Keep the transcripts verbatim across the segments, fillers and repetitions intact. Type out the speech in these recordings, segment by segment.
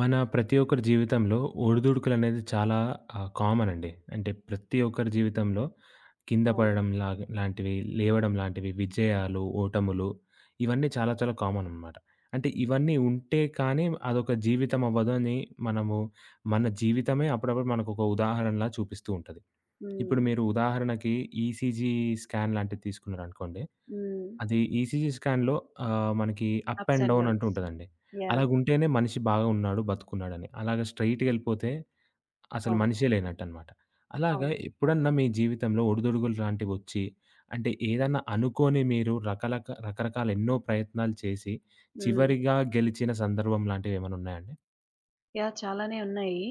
మన ప్రతి ఒక్కరి జీవితంలో ఒడిదుడుకులు అనేది చాలా ఆహ్, కామన్ అండి. అంటే ప్రతి ఒక్కరి జీవితంలో కింద అవును. పడడం లాగ లాంటివి, లేవడం లాంటివి, విజయాలు, ఓటములు ఇవన్నీ చాలా చాలా కామన్ అనమాట. అంటే ఇవన్నీ ఉంటే కానీ అదొక జీవితం అవ్వదు అని మనము మన జీవితమే అప్పుడప్పుడు మనకొక ఉదాహరణలా చూపిస్తూ ఉంటది. ఇప్పుడు హ్మ్. మీరు ఉదాహరణకి ఈసీజీ స్కాన్ లాంటిది తీసుకున్నారనుకోండి. హ్మ్. అది ఈసీజీ స్కాన్‌లో ఆహ్, మనకి up ups and and down అంటూ డౌన్స్. ఉంటదండి. యాహ్! అలాగుంటేనే మనిషి బాగా ఉన్నాడు, బతుకున్నాడని. అలాగ స్ట్రెయిట్‌గెళ్ళిపోతే అసలు అవును. మనిషే లేనట్టనమాట. అలాగా అవును. ఎప్పుడన్నా మీ జీవితంలో ఒడిదుడుగులు లాంటివొచ్చి, అంటే ఏదన్నా అనుకోని మీరు రకలక రకరకాల ఎన్నో ప్రయత్నాలు చేసి, హ్మ్. చివరిగా గెలిచిన సందర్భం లాంటివేమన్నున్నాయండి? యాహ్! చాలానే ఉన్నాయి.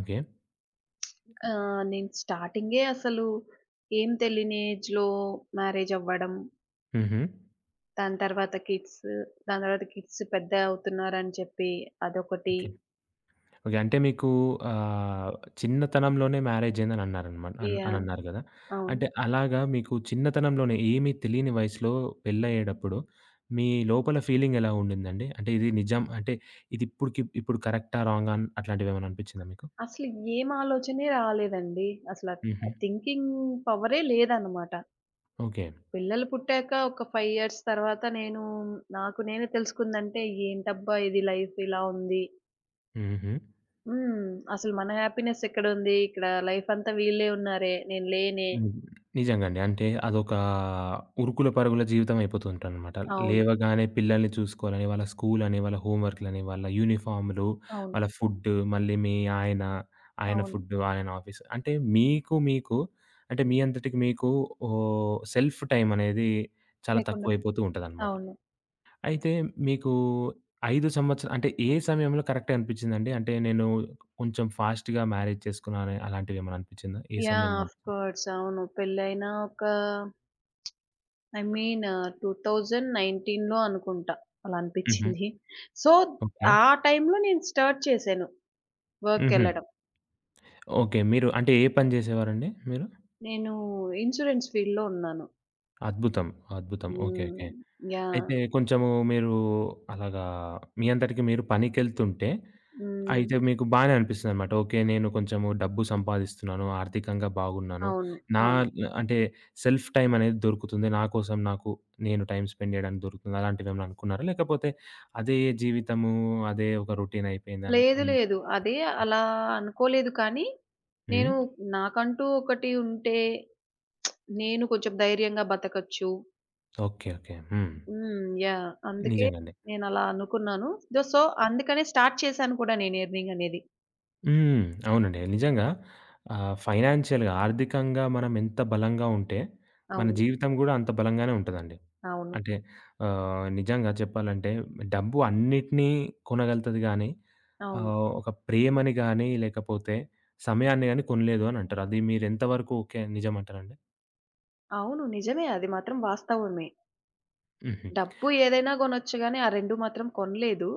ఓకే. ఆహ్, నేను స్టార్టింగే అసలు ఏం తెలియని ఏజ్‌లో మ్యారేజ్ అవ్వడం, హుహు. దాని తర్వాత కిడ్స్, దాని తర్వాత కిడ్స్ పెద్ద అవుతున్నారని చెప్పి అదొకటి. ఓకే. ఓకే. అంటే మీకు ఆహ్, చిన్నతనంలోనే మ్యారేజ్ అయిందని అన్నారనమాట అన్ అని యాహ్! అన్నారు గదా! అవును. అంటే అలాగా మీకు చిన్నతనంలోనే ఏమీ తెలియని వయసులో పెళ్లయ్యేటప్పుడు మీ లోపల ఫీలింగ్ ఎలా ఉండిందండి? అంటే ఇది నిజం అంటే ఇది ఇప్పుడుకి ఇప్పుడు కరెక్టా? రాంగా? అన్ అట్లాంటివేమైనా అనిపిచ్చిందా మీకు? అసలు ఏం ఆలోచనే రాలేదండి. అసల హుహు. ఆ థింకింగ్ పవరే లేదన్నమాట. ఓకే. పిల్లలు పుట్టాక ఒక ఐదు ఇయర్స్ తర్వాత నేను నాకు నేనే తెలుసుకుందంటే, ఏంటబ్బా! ఇది లైఫ్ ఇలా ఉంది. హుహు. హ్మ్. అసలు మన హ్యాపీనెస్ ఎక్కడుంది? ఇక్కడ లైఫ్ అంతా వీళ్ళే ఉన్నారే. నేను లేనే. హ్మ్. నిజంగా అండి. అంటే అదొక ఉరుకుల పరుగుల జీవితం అయిపోతుంటదనమాట. అవును. లేవగానే పిల్లల్ని చూసుకోవాలని, వాళ్ళ స్కూలని, వాళ్ళ హోంవర్క్‌లని, వాళ్ళ యూనిఫార్మ్‌లు, అవును. వాళ్ళ ఫుడ్డు, మళ్ళీ మీ ఆయన, ఆయన అవును. ఫుడ్డు, ఆయన ఆఫీస్. అంటే మీకు మీకు అంటే మీ అంతటికి మీకు ఓహ్, సెల్ఫ్ టైమ్ అనేది చాలా లేకుండా పో తక్కువైపోతూ ఉంటదనమాట. అవును. అయితే మీకు ఐదు సంవత్సరా అంటే ఏ సమయంలో కరెక్టే అనిపిచ్చిందండి? అంటే నేను కొంచెం ఫాస్ట్‌గా మ్యారేజ్ చేసుకున్నాను అలాంటివేమైనా అనిపిచ్చిందా? ఏ యాహ్! సమయంలో? Of course. అవును. పెళ్లయిన ఒక ఐ మీన్ రెండు వేల పంతొమ్మిదిలో అనుకుంటా అలా హుహు. అనిపిచ్చింది. So, okay. ఆ టైంలో నేను స్టార్ట్ చేశాను హుహు. వర్క్‌కెళ్ళడం. ఓకే. మీరు అంటే ఏ పని జేసేవారండి మీరు? నేను ఇన్స్యూరెన్స్ ఫీల్డ్‌లో ఉన్నాను. అద్భుతం. అద్భుతం. ఓకే. హ్మ్. ఓకే. యాహ్! అయితే కొంచెము మీరు అలాగా మీ అంతటికి మీరు పనికెళ్తుంటే, హ్మ్. అయితే మీకు బానే అనిపిస్తుందనమాట. ఓకే. నేను కొంచెము డబ్బు సంపాదిస్తున్నాను, ఆర్థికంగా బాగున్నాను. అవును. నా అవును. అంటే సెల్ఫ్ టైమ్ అనేది దొరుకుతుంది. నా కోసం నాకు నేను టైమ్ స్పెండ్ జేయడానికి దొరుకుతుంది. అలాంటివేమైనా అనుకున్నారా? లేకపోతే అదే జీవితము, అదే ఒక రొటీన్ అయిపోయిందని లేదు. అన్ లేదు. అదే అలా అనుకోలేదు కానీ, హ్మ్. నేను నాకంటూ ఒకటి ఉంటే నేను కొంచెం ధైర్యంగా బతకచ్చు. ఓకే. ఓకే. హ్మ్. హ్మ్. యాహ్! అందుకే నిజంగానే. నేనలా అనుకున్నాను. దో సో, అందుకనే స్టార్ట్ చేశాను కూడా నేను ఎర్నింగ్ అనేది. హ్మ్. అవునండి. నిజంగా ఆహ్, ఫైనాన్షియల్‌గా ఆర్థికంగా మనం ఎంత బలంగా ఉంటే, మన అవును. జీవితం గూడా అంత బలంగానే ఉంటదండి. అవును. అంటే ఆహ్, నిజంగా చెప్పాలంటే డబ్బు అన్నిటిని కొనగలుగుతది గానీ, అవును. ఆహ్, ఒక ప్రేమని గానీ, లేకపోతే సమయాన్ని గానీ కొనలేదు అని అంటారు. అది మీరెంత వరకు ఓకే నిజమంటారండి? అవును. నిజమే. అది మాత్రం వాస్తవమే. హుహు. డబ్బు ఏదైనా గొనొచ్చు గానీ, ఆ రెండు మాత్రం కొనలేదు.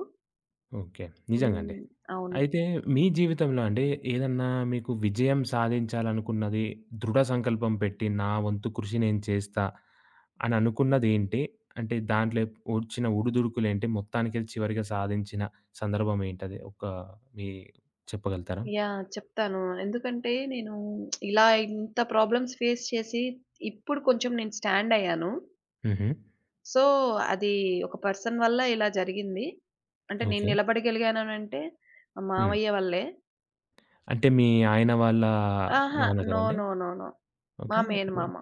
ఓకే. నిజంగా అండి. హ్మ్. అవును. అయితే మీ జీవితంలో అండి ఏదన్నా మీకు విజయం సాధించాలనుకున్నది, దృఢ సంకల్పం పెట్టి నా వంతు కృషి నేను చేస్తా అని అనుకున్నదేంటి? అంటే దాంట్లో వచ్చిన ఒడిదుడుకులేంటి? మొత్తానికది చివరిగా సాధించిన సందర్భం ఏంటది? ఒక మీ చెప్పగలుగుతారా? యాహ్! చెప్తాను. ఎందుకంటే నేను ఇలా ఇంత ప్రాబ్లమ్స్ ఫేస్ చేసి ఇప్పుడు కొంచెం నేను స్టాండ్ అయ్యాను. హుహు. సో, అది ఒక పర్సన్ వల్ల ఇలా జరిగింది. అంటే నేను ఓకే. నిలబడగలిగాననంటే మా హ్మ్. మామయ్య వల్లే. అంటే మీ ఆయన వాళ్ళ అహా! నో, నాన్నగారండి? No, no, no. మా ఓకే. మేనమామ.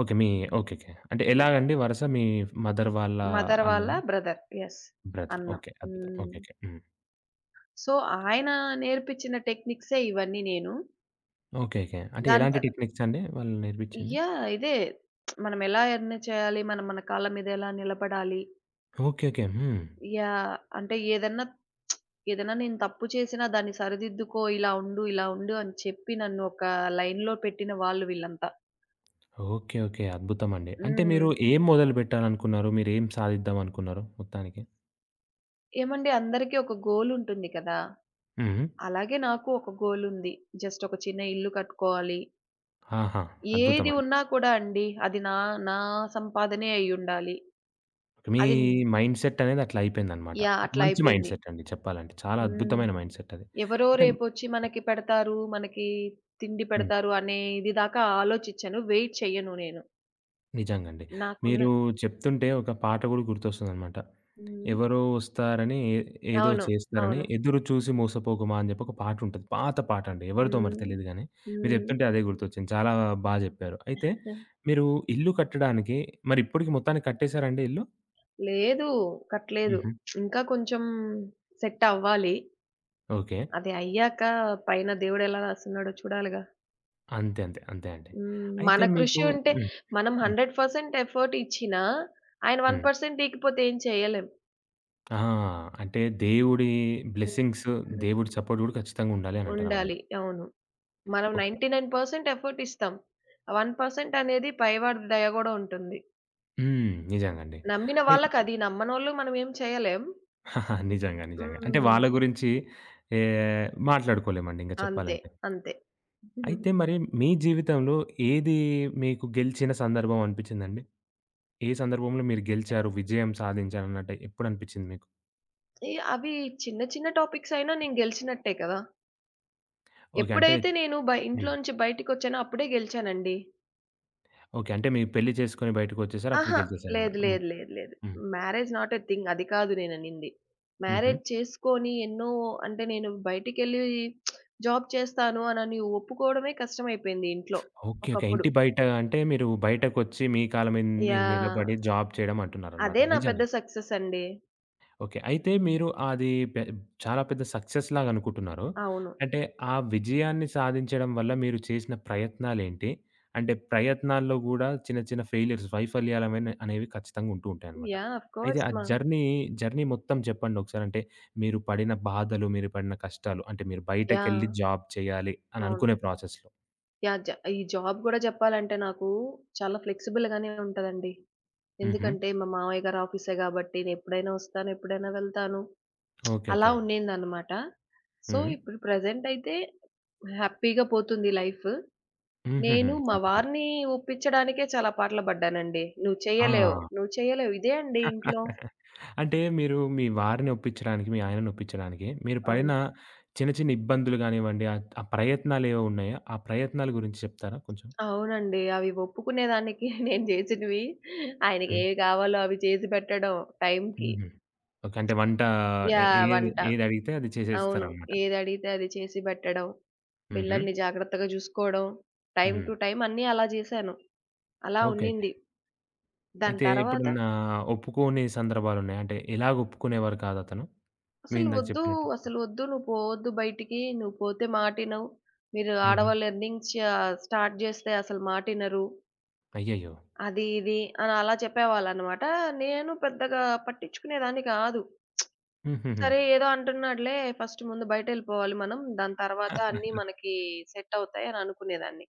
ఓకే. మీ ఓకేకే. అంటే హ్మ్. ఎలాగండి వరస మీ మదర్ వాళ్ళ మదర్ వాళ్ళ అన్నయ్య? బ్రదర్. యెస్. బ్రదర్. అన్న. ఓకే. అద్భుతం. హ్మ్. ఓకేకే. హ్మ్. సో, ఆయన నేర్పించిన టెక్నిక్సే ఇవన్నీ నేను. ఓకే. ఓకే. అంటే దాని ఎలాంటి తర్ టెక్నిక్స్ అండి వాళ్ళు నేర్పించింది? యాహ్! ఇదే. మనం ఎలా ఎర్న్ చేయాలి? మనం మన కాళ్ళ మీద ఎలా నిలబడాలి? ఓకే. ఓకే. హ్మ్. యాహ్! అంటే ఏదన్నా, ఏదన్నా నేను తప్పు చేసినా దాన్ని సరిదిద్దుకో, ఇలా ఉండు, ఇలా ఉండు అని చెప్పి నన్ను ఒక లైన్‌లో పెట్టిన వాళ్ళు వీళ్ళంతా. ఓకే. ఓకే. అద్భుతమండి. అంటే మీరు హ్మ్. ఏం మొదలు పెట్టాలనుకున్నారు? మీరేం సాధిద్దామనుకున్నారు మొత్తానికి? ఏమండి అందరికీ ఒక గోల్ ఉంటుంది కదా! హ్మ్. అలాగే నాకు ఒక గోల్ ఉంది. జస్ట్ ఒక చిన్న ఇల్లు కట్టుకోవాలి. ఆహా! ఏది అద్భుతమండి. ఉన్నా కూడా అండి అది నా, నా సంపాదనే అయ్యుండాలి. మీ అది మైండ్ సెట్ అనేది అట్లా అయిపోయిందనమాట. యాహ్! అట్లా మంచి మైండ్ అయిపోయింది. సెట్ అండి చెప్పాలంటే. చాలా హ్మ్. అద్భుతమైన మైండ్ సెట్ అది. ఎవరో అయితే రేపొచ్చి మనకి పెడతారు, మనకి తిండి హ్మ్. పెడతారు అనే ఇది దాకా ఆలోచిచ్చను. వెయిట్ చెయ్యను నేను. నిజంగండి. మీరు నాకున్న చెప్తుంటే ఒక పాట గూడా గుర్తొస్తుందనమాట. హ్మ్. ఎవరో వస్తారని ఏ ఏదో అవును. చేస్తారని, అవును. 'ఎదురు చూసి మోసపోకుమా' అని చెప్పి ఒక పాటుంటది. పాత పాటండి. ఎవరిదో మరి హ్మ్. తెలీదు గానీ, మీరు హ్మ్. చెప్తుంటే అదే గుర్తొచ్చింది. చాలా బా జెప్పారు. అయితే మీరు ఇల్లు కట్టడానికి మరి ఇప్పటికి మొత్తానికి కట్టేసారా అండి ఇల్లు? లేదు. కట్టలేదు. హుహు. ఇంకా కొంచెం సెట్ అవ్వాలి. ఓకే. అది అయ్యాక పైన దేవుడెలా రాస్తున్నాడో చూడాలిగా. అంతే. అంతే. అంతే అండి. హ్మ్. అయితే మన కృషి మీకు ఉంటే హ్మ్. మనం హ్మ్. వంద శాతం ఎఫర్ట్ ఇచ్చినా, ఆయన హ్మ్. ఒక శాతం ఈకపోతే ఏం చేయలేం. ఆ! అంటే దేవుడి బ్లెస్సింగ్స్, హ్మ్. దేవుడి సపోర్ట్ గూడా ఖచ్చితంగా ఉండాలి అనంటారనమాట. ఉండాలి. అవును. మనం ఓకే. తొంభై తొమ్మిది శాతం ఎఫర్ట్ ఇస్తాం. ఆ ఒక శాతం అనేది పైవాడి దయ గూడా ఉంటుంది. హ్మ్. నిజంగండి. నమ్మిన వాళ్ళకది. నమ్మనోళ్ళు మనం ఏం చేయలేం. నిజంగా. నిజంగా. అంటే హ్మ్. వాళ్ళ గురించి ఏహ్, మాట్లాడుకోలేమండి ఇంక అంతే. చెప్పాలంటే. అంతే. హ్మ్. అయితే మరి మీ జీవితంలో ఏది మీకు గెలిచిన సందర్భం అనిపిచ్చిందండి? ఏ సందర్భంలో మీరు గెలిచారు, విజయం సాధించారన్నట్టు ఎప్పుడనిపిచ్చింది మీకు? ఈ అవి చిన్న చిన్న టాపిక్స్ అయినా నేను గెలిచినట్టే కదా! ఓకే. అంటే ఎప్పుడైతే నేను బై హ్మ్. ఇంట్లోంచి బయటికొచ్చానో అప్పుడే గెలిచానండి. ఓకే. అంటే మీరు పెళ్లి చేసుకొని బయటకొచ్చేసారు. అప్పుడు అహా! లేదు. గెలిచేసారన్నమాట. హ్మ్. లేదు. లేదు. లేదు. హ్మ్. మ్యారేజ్ నాట్ ఎ థింగ్ అది కాదు నేననింది. హుహు. మ్యారేజ్ చేసుకొని ఎన్నో అంటే నేను బయటికెళ్ళి జాబ్ చేస్తాను అనని ఒప్పుకోవడమే కష్టమైపోయింది ఇంట్లో ఓకే. ఓకే. ఒకప్పుడు. ఇంటి బయట అంటే మీరు బయటకొచ్చి మీ కాళ్ళ మీద మీరు యాహ్! నిలబడి జాబ్ చేయడం అంటున్నారన్నమాట. అదే నా పెద్ద నిజంగా. సక్సెస్ అండి. ఓకే. అయితే మీరు అది పె చాలా పెద్ద సక్సెస్‌లాగా అనుకుంటున్నారు. అవును. అంటే ఆ విజయాన్ని సాధించడం వల్ల మీరు చేసిన ప్రయత్నాలేంటి? అంటే ప్రయత్నాల్లో గూడా చిన్న చిన్న ఫెయిల్యూర్స్ వైఫల్యాలమైన అనేవి ఖచ్చితంగా ఉంటూ ఉంటాయనమాట. యాహ్! ఆఫ్ అయితే కోర్స్ ఆ మా జర్నీ, జర్నీ మొత్తం చెప్పండి ఒకసారి. అంటే మీరు పడిన బాధలు, మీరు పడిన కష్టాలు అంటే మీరు యాహ్! బయటకెళ్ళి జాబ్ చేయాలి అని అవును. అనుకునే ప్రాసెస్‌లో. యాహ్! జ ఈ జాబ్ గూడా జెప్పాలంటే నాకు చాలా ఫ్లెక్సిబుల్‌గానే ఉంటదండి. హుహు. ఎందుకంటే మా మామయ్య గారి ఆఫీసే గాబట్టి నేనెప్పుడైనా ఒస్తాను, ఎప్పుడైనా వెళ్తాను. ఓకే. అలా ఓకే. ఉండిందనమాట. సో, హ్మ్. ఇప్పుడు ప్రెజెంట్ అయితే హ్యాపీగా పోతుంది లైఫ్. హుహుహు. నేను మా అద్భుతం. వారిని ఒప్పించడానికే చాలా పాట్లు పడ్డానండి. "నువ్వు ఆ! చేయలేవు, నువ్వు చేయలేవు" ఇదే అండి ఇంట్లో. అంటే మీరు మీ వారిని ఒప్పించడానికి, మీ ఆయనని ఒప్పించడానికి మీరు పడిన అవును. చిన్న చిన్న ఇబ్బందులు గానివ్వండి, ఆ ఆ ప్రయత్నాలేవో ఉన్నాయా? ఆ ప్రయత్నాల గురించి చెప్తారా కొంచెం? అవునండి. అవి ఒప్పుకునేదానికి నేను జేసినవి హ్మ్. ఆయనకేవి గావాలో అవి చేసి పెట్టడం టైంకి. హుహు. ఓకే. అంటే వంట ఏ యాహ్! ఏది వంట. ఏదడిగితే అది అవును. చేసేస్తారనమాట. ఏదడిగితే అది చేసి పెట్టడం, హుహు. పిల్లల్ని జాగ్రత్తగా చూసుకోవడం, టైమ్ హ్మ్. టు టైమ్ అన్నీ అలా చేశాను. అలా ఓకే. ఓకే. ఉండింది. దాని అయితే తర్వాత ఎప్పుడన్నా ఒప్పుకోని సందర్భాలున్నాయా? అంటే ఎలాగ ఒప్పుకునేవారు కాదతను? మీరు అసలు ఇందాక వద్దు, చెప్పినట్టు? అసలు వద్దు నువ్వు పోవద్దు బయటికి, నువ్వు పోతే మాటినవు, మీరు హుహు. ఆడవాళ్ళు ఎర్నింగ్స్ చ స్టార్ట్ చేస్తే అసలు మాటినరు, అయ్యయ్యో! అది ఇది అని అలా చెప్పేవాళ్ళనమాట. నేను పెద్దగా పట్టించుకునేదాన్ని కాదు. హుహుహు. సరే ఏదో అంటున్నాడులే ఫస్ట్ ముందు బయటెళ్ళిపోవాలి మనం, దాని తర్వాత అన్నీ మనకి సెట్ అవుతాయి అని అనుకునేదాన్ని.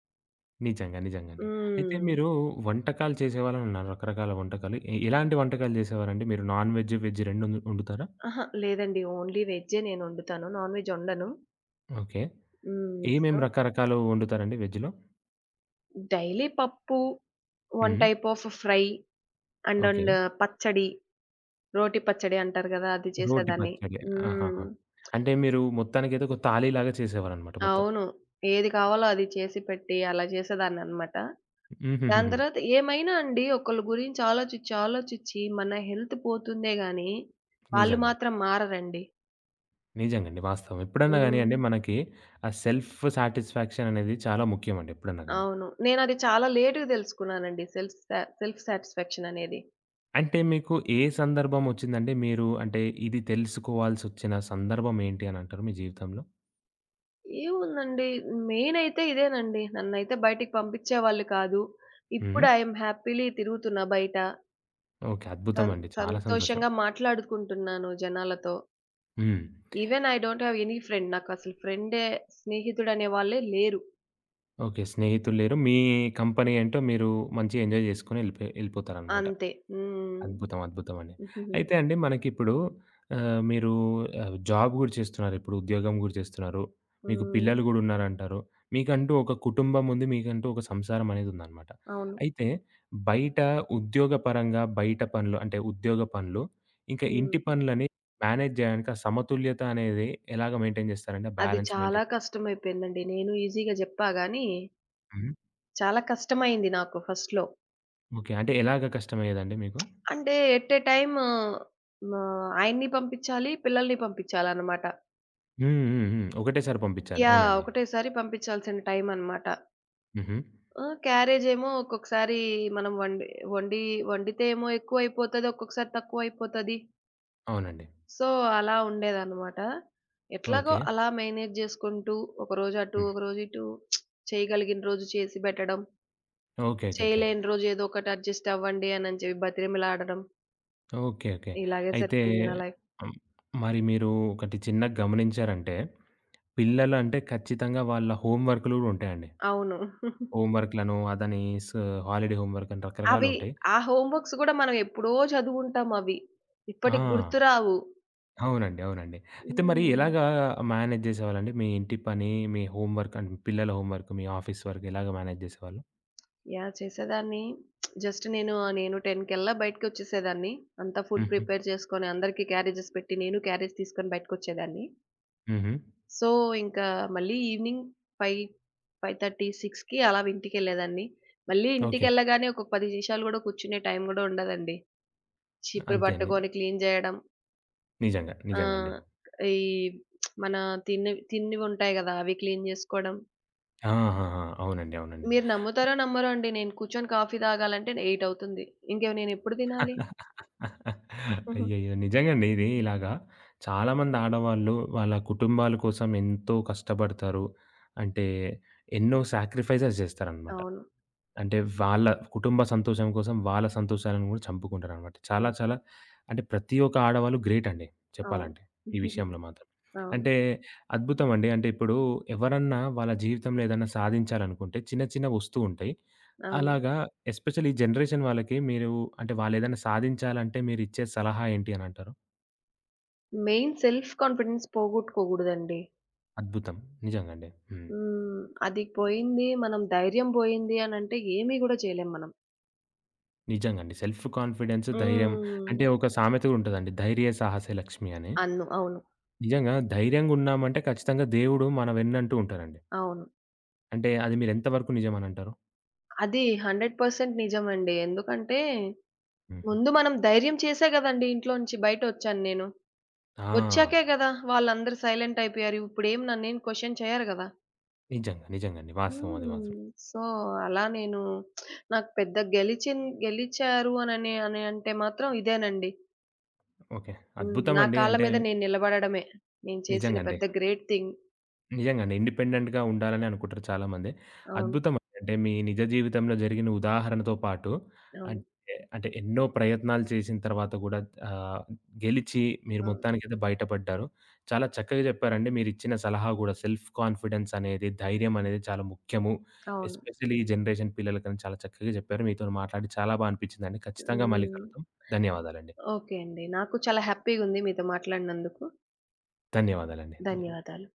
నిజంగా. నిజంగండి. అయితే హ్మ్. మీరు వంటకాలు చేసేవాళ్ళనన్నారు. రకరకాల వంటకాలు. ఎ ఎలాంటి వంటకాలు చేసేవారండి? మీరు నాన్ వెజ్, వెజ్ రెండూ ఒండు ఒండుతారా? అహా! లేదండి. ఓన్లీ వెజ్జే నేనొండుతాను. నాన్ వెజ్ ఒండను. ఓకే. హ్మ్. ఏమేం సో, రకరకాలు ఒండుతారండి వెజ్‌లో? డైలీ పప్పు, one hmm. Type of fry and okay. And పచ్చడి, రోటి పచ్చడి అంటారు గదా! అది రోటి చేసేదాన్ని. పచ్చడి. హ్మ్. ఆహాహా! అంటే మీరు మొత్తానికైతే ఒక తాళీలాగా చేసేవారనమాట మొత్తం. అవును. ఏది కావాలో అది చేసి పెట్టి అలా చేసేదాన్ననమాట. దాని హుహుహుహు. తర్వాత ఏమైనా అండి ఒకళ్ళ గురించి ఆలోచిచ్చి, ఆలోచిచ్చి మన హెల్త్ పోతుందే గానీ, వాళ్ళు నిజంగా. మాత్రం మారరండి. నిజంగండి. వాస్తవం. ఎప్పుడన్నా హ్మ్. గానియండి మనకి ఆ సెల్ఫ్ సాటిస్ఫాక్షన్ అనేది చాలా ముఖ్యమండి ఎప్పుడన్నా గాని. అవును. నేనది చాలా లేట్‌గా తెలుసుకున్నానండి. సెల్ఫ్ సా సెల్ఫ్ సాటిస్ఫాక్షన్ అనేది. అంటే మీకు ఏ సందర్భమొచ్చిందండి? మీరు అంటే ఇది తెలుసుకోవాల్సొచ్చిన సందర్భం ఏంటి అని అంటారు మీ జీవితంలో? ఏముందండి మెయిన్ అయితే ఇదేనండి. నన్నైతే బయటికి పంపించేవాళ్ళు కాదు. హ్మ్. ఇప్పుడు ఐఎమ్ హ్యాపీ‌లీ తిరుగుతున్నా బయట. ఓకే. సం అద్భుతమండి. చాలా సంతోషం. సంతోషంగా మాట్లాడుకుంటున్నాను జనాలతో. హ్మ్. Even I don't have any friend. నాకసలు ఫ్రెండే, స్నేహితుడనే వాళ్ళే లేరు. ఓకే. స్నేహితులు లేరు. మీ కంపెనీ ఏంటో మీరు మంచిగా ఎంజాయ్ జేసుకొని ఎళ్ళిపోయి ఎళ్ళిపోతారనమాట. అంతే. హ్మ్. అద్భుతం. అద్భుతమండి. అయితే అండి మనకిప్పుడు ఆహ్, మీరు ఆహ్, జాబ్ గూడా చేస్తున్నారు. ఇప్పుడు ఉద్యోగం గూడా చేస్తున్నారు. మీకు హ్మ్. పిల్లలు గూడా ఉన్నారంటారు. మీకంటూ ఒక కుటుంబం ఉంది. మీకంటూ ఒక సంసారం అనేదుందనమాట. అవును. అయితే బయట ఉద్యోగపరంగా బయట పనులు అంటే ఉద్యోగ పనులు, ఇంకా హ్మ్. ఇంటి పనులని మేనేజ్ జేయడానికి ఆ సమతుల్యత అనేది ఎలాగ మెయింటైన్ జేస్తారండి? ఆ అది బ్యాలెన్స్ చాలా మెయింటైన్ కష్టమైపోయిందండి. నేను ఈజీగా జెప్పా గాని, హ్మ్. చాలా కష్టమైంది నాకు ఫస్ట్‌లో. ఓకే. అంటే ఎలాగ కష్టమయ్యేదండి మీకు? అంటే ఎట్ ఎ టైమ్ మా ఆయన్ని పంపించాలి, పిల్లల్ని పంపించాలనమాట. హ్మ్. హ్మ్. హ్మ్. ఒకటేసారి పంపించాలి. యాహ్! అవునండి. ఒకటేసారి పంపించాల్సిన టైం అనమాట. హుహు. ఆహ్, క్యారేజేమో ఒక్కొక్కసారి మనం వండి వండి వండితే ఏమో ఎక్కువైపోతది. ఒక్కొక్కసారి తక్కువైపోతది. అవునండి. సో, అలా ఉండేదనమాట. ఎట్లాగో ఓకే. అలా మేనేజ్ చేసుకుంటూ ఒకరోజు అటు, హ్మ్. ఒకరోజు ఇటు చేయగలిగిన రోజు చేసి పెట్టడం. ఓకే. ఓకే. ఓకే. చేయలేని రోజు ఏదో ఒకటి అడ్జస్ట్ అవ్వండి అని చెప్పి బతిమిలాడడం. ఓకే. ఓకే. ఇలాగే అయితే సరిపోయింది నా లైఫ్. హ్మ్. మరి మీరు ఒకటి చిన్నగా గమనించారంటే, పిల్లలంటే ఖచ్చితంగా వాళ్ళ హోమ్ వర్క్‌లు గూడా ఉంటాయండి. అవును. హోమ్ వర్క్‌లను, అదని స్ హాలిడే హోమ్ వర్క్ అని అవి రకరకాలుంటాయి. ఆ హోమ్ వర్క్స్ గూడా మనం ఎప్పుడో చదువుంటామవి. ఇప్పటికి ఆ! గుర్తురావు. అవునండి. అవునండి. అయితే మరి హ్మ్. ఎలాగా మేనేజ్ చేసేవాళ్ళండి? మీ ఇంటి పని, మీ హోమ్ వర్క్ అండ్ పిల్లల హోమ్ వర్క్, మీ ఆఫీస్ వర్క్ ఎలాగా మేనేజ్ చేసేవాళ్ళు? యాహ్! చేసేదాన్ని. జస్ట్ నేను, నేను పది కల్లా బయటికొచ్చేసేదాన్ని. అంతా ఫుడ్ హుహు. ప్రిపేర్ చేసుకొని, అందరికీ క్యారేజెస్ పెట్టి, నేను క్యారేజ్ తీసుకొని బయటికొచ్చేదాన్ని. హుహు. సో, ఇంకా మళ్ళీ ఈవినింగ్ ఐదు, ఐదు ముప్పై, ఆరుకి అలా ఇంటికెళ్ళేదాన్ని. మళ్ళీ ఓకే. ఇంటికెళ్ళగానే ఒక పది నిమిషాలు గూడా కూర్చునే టైం గూడా ఉండదండి. చీపురు అంతే అండి. పట్టుకొని క్లీన్ జేయడం. నిజంగా. ఆ! నిజంగా అండి. ఈ మన తిన్నివి తిన్నివుంటాయి గదా! అవి క్లీన్ జేసుకోవడం. ఆ! ఆ! ఆ! అవునండి. అవునండి. మీరు నమ్ముతారో నమ్మరో అండి. నేను కూర్చొని కాఫీ తాగాలంటే ఎనిమిది అవుతుంది. ఇంక నేనెప్పుడు తినాలి? హుహు. అయ్యయ్యో! నిజంగండి ఇది ఇలాగా చాలామంది ఆడవాళ్ళు వాళ్ళ కుటుంబాల కోసం ఎంతో కష్టపడతారు. అంటే ఎన్నో సాక్రిఫైసెస్ చేస్తారనమాట. అవును. అంటే వాళ్ళ కుటుంబ సంతోషం కోసం వాళ్ళ సంతోషాలను గూడా చంపుకుంటారనమాట. చాలా అవును. చాలా అంటే ప్రతి ఒక్క ఆడవాళ్ళు గ్రేట్ అండి అవును. చెప్పాలంటే. ఈ విషయంలో మాత్రం. అవును. అంటే అద్భుతం అండి. అంటే ఇప్పుడు ఎవరన్నా వాళ్ళ జీవితంలో ఏదన్నా సాధించాలనుకుంటే చిన్న చిన్నవి వస్తూ ఉంటాయి. అవును. అలాగా ఎస్పెషల్లీ ఈ జనరేషన్ వాళ్ళకి మీరు అంటే వాళ్ళేదైనా సాధించాలంటే మీరిచ్చే సలహా ఏంటి అనంటారు? మెయిన్ సెల్ఫ్ కాన్ఫిడెన్స్ పోగొట్టుకోగూడదండి. అద్భుతం. నిజంగా అండి. హ్మ్. హ్మ్. అది పోయింది, మనం ధైర్యం పోయింది అనంటే ఏమి గూడా చేయలేం మనం. నిజంగా అండి. సెల్ఫ్ కాన్ఫిడెన్స్, ధైర్యం హ్మ్. అంటే ఒక సామెత గూడా ఉంటదండి. ధైర్యే సాహసే లక్ష్మి అని. అన్ను అవును. నిజంగా ధైర్యంగున్నామంటే ఖచ్చితంగా దేవుడు మన వెన్నంటూ ఉంటారండి. అవును. అంటే అది మీరు ఎంతవరకు నిజమనంటారు? అది వంద శాతం నిజమండి. ఎందుకంటే హుహు. ముందు మనం ధైర్యం చేసే గదండీ! ఇంట్లోంచి బయటొచ్చాను నేను. వచ్చాకే ఆ! గదా! వాళ్ళందరూ సైలెంట్ అయిపోయారు. ఇప్పుడేం నన్నేం క్వెషన్ చేయరు గదా! నిజంగా. నిజంగండి. వాస్తవం అది హ్మ్. మాత్రం. సో, అలా నేను నాకు పెద్ద గెలిచిన్ గెలిచారు అనని అని అంటే మాత్రం ఇదేనండి. ఓకే. హ్మ్. నా అద్భుతమండి. కాళ్ళ అంటే మీద నేను నిలబడడమే. నేను చేసిన నిజంగండి. పెద్ద గ్రేట్ థింగ్. నిజంగానే. ఇండిపెండెంట్‌గా ఉండాలని అనుకుంటారు చాలామంది. అవును. అద్భుతం అండి. అంటే మీ నిజ జీవితంలో జరిగిన ఉదాహరణతో పాటు అవును. అంటే, అంటే ఎన్నో ప్రయత్నాలు చేసిన తర్వాత గూడా ఆహ్, గెలిచి మీరు అవును. మొత్తానికైతే బయటపడ్డారు. చాలా చక్కగా చెప్పారండి. మీరిచ్చిన సలహా గూడా సెల్ఫ్ కాన్ఫిడెన్స్ అనేది, ధైర్యం అనేది చాలా ముఖ్యము. అవును. ఎస్పెషల్లీ ఈ జనరేషన్ పిల్లలకని చాలా చక్కగా చెప్పారు. మీతోని మాట్లాడి చాలా బా అనిపించిందండి. ఖచ్చితంగా మళ్ళీ హ్మ్. కలుద్దాం. ధన్యవాదాలండి. ఓకే అండి. నాకు చాలా హ్యాపీగుంది మీతో మాట్లాడినందుకు. ధన్యవాదాలండి. ధన్యవాదాలు. ధన్యవాదాలు.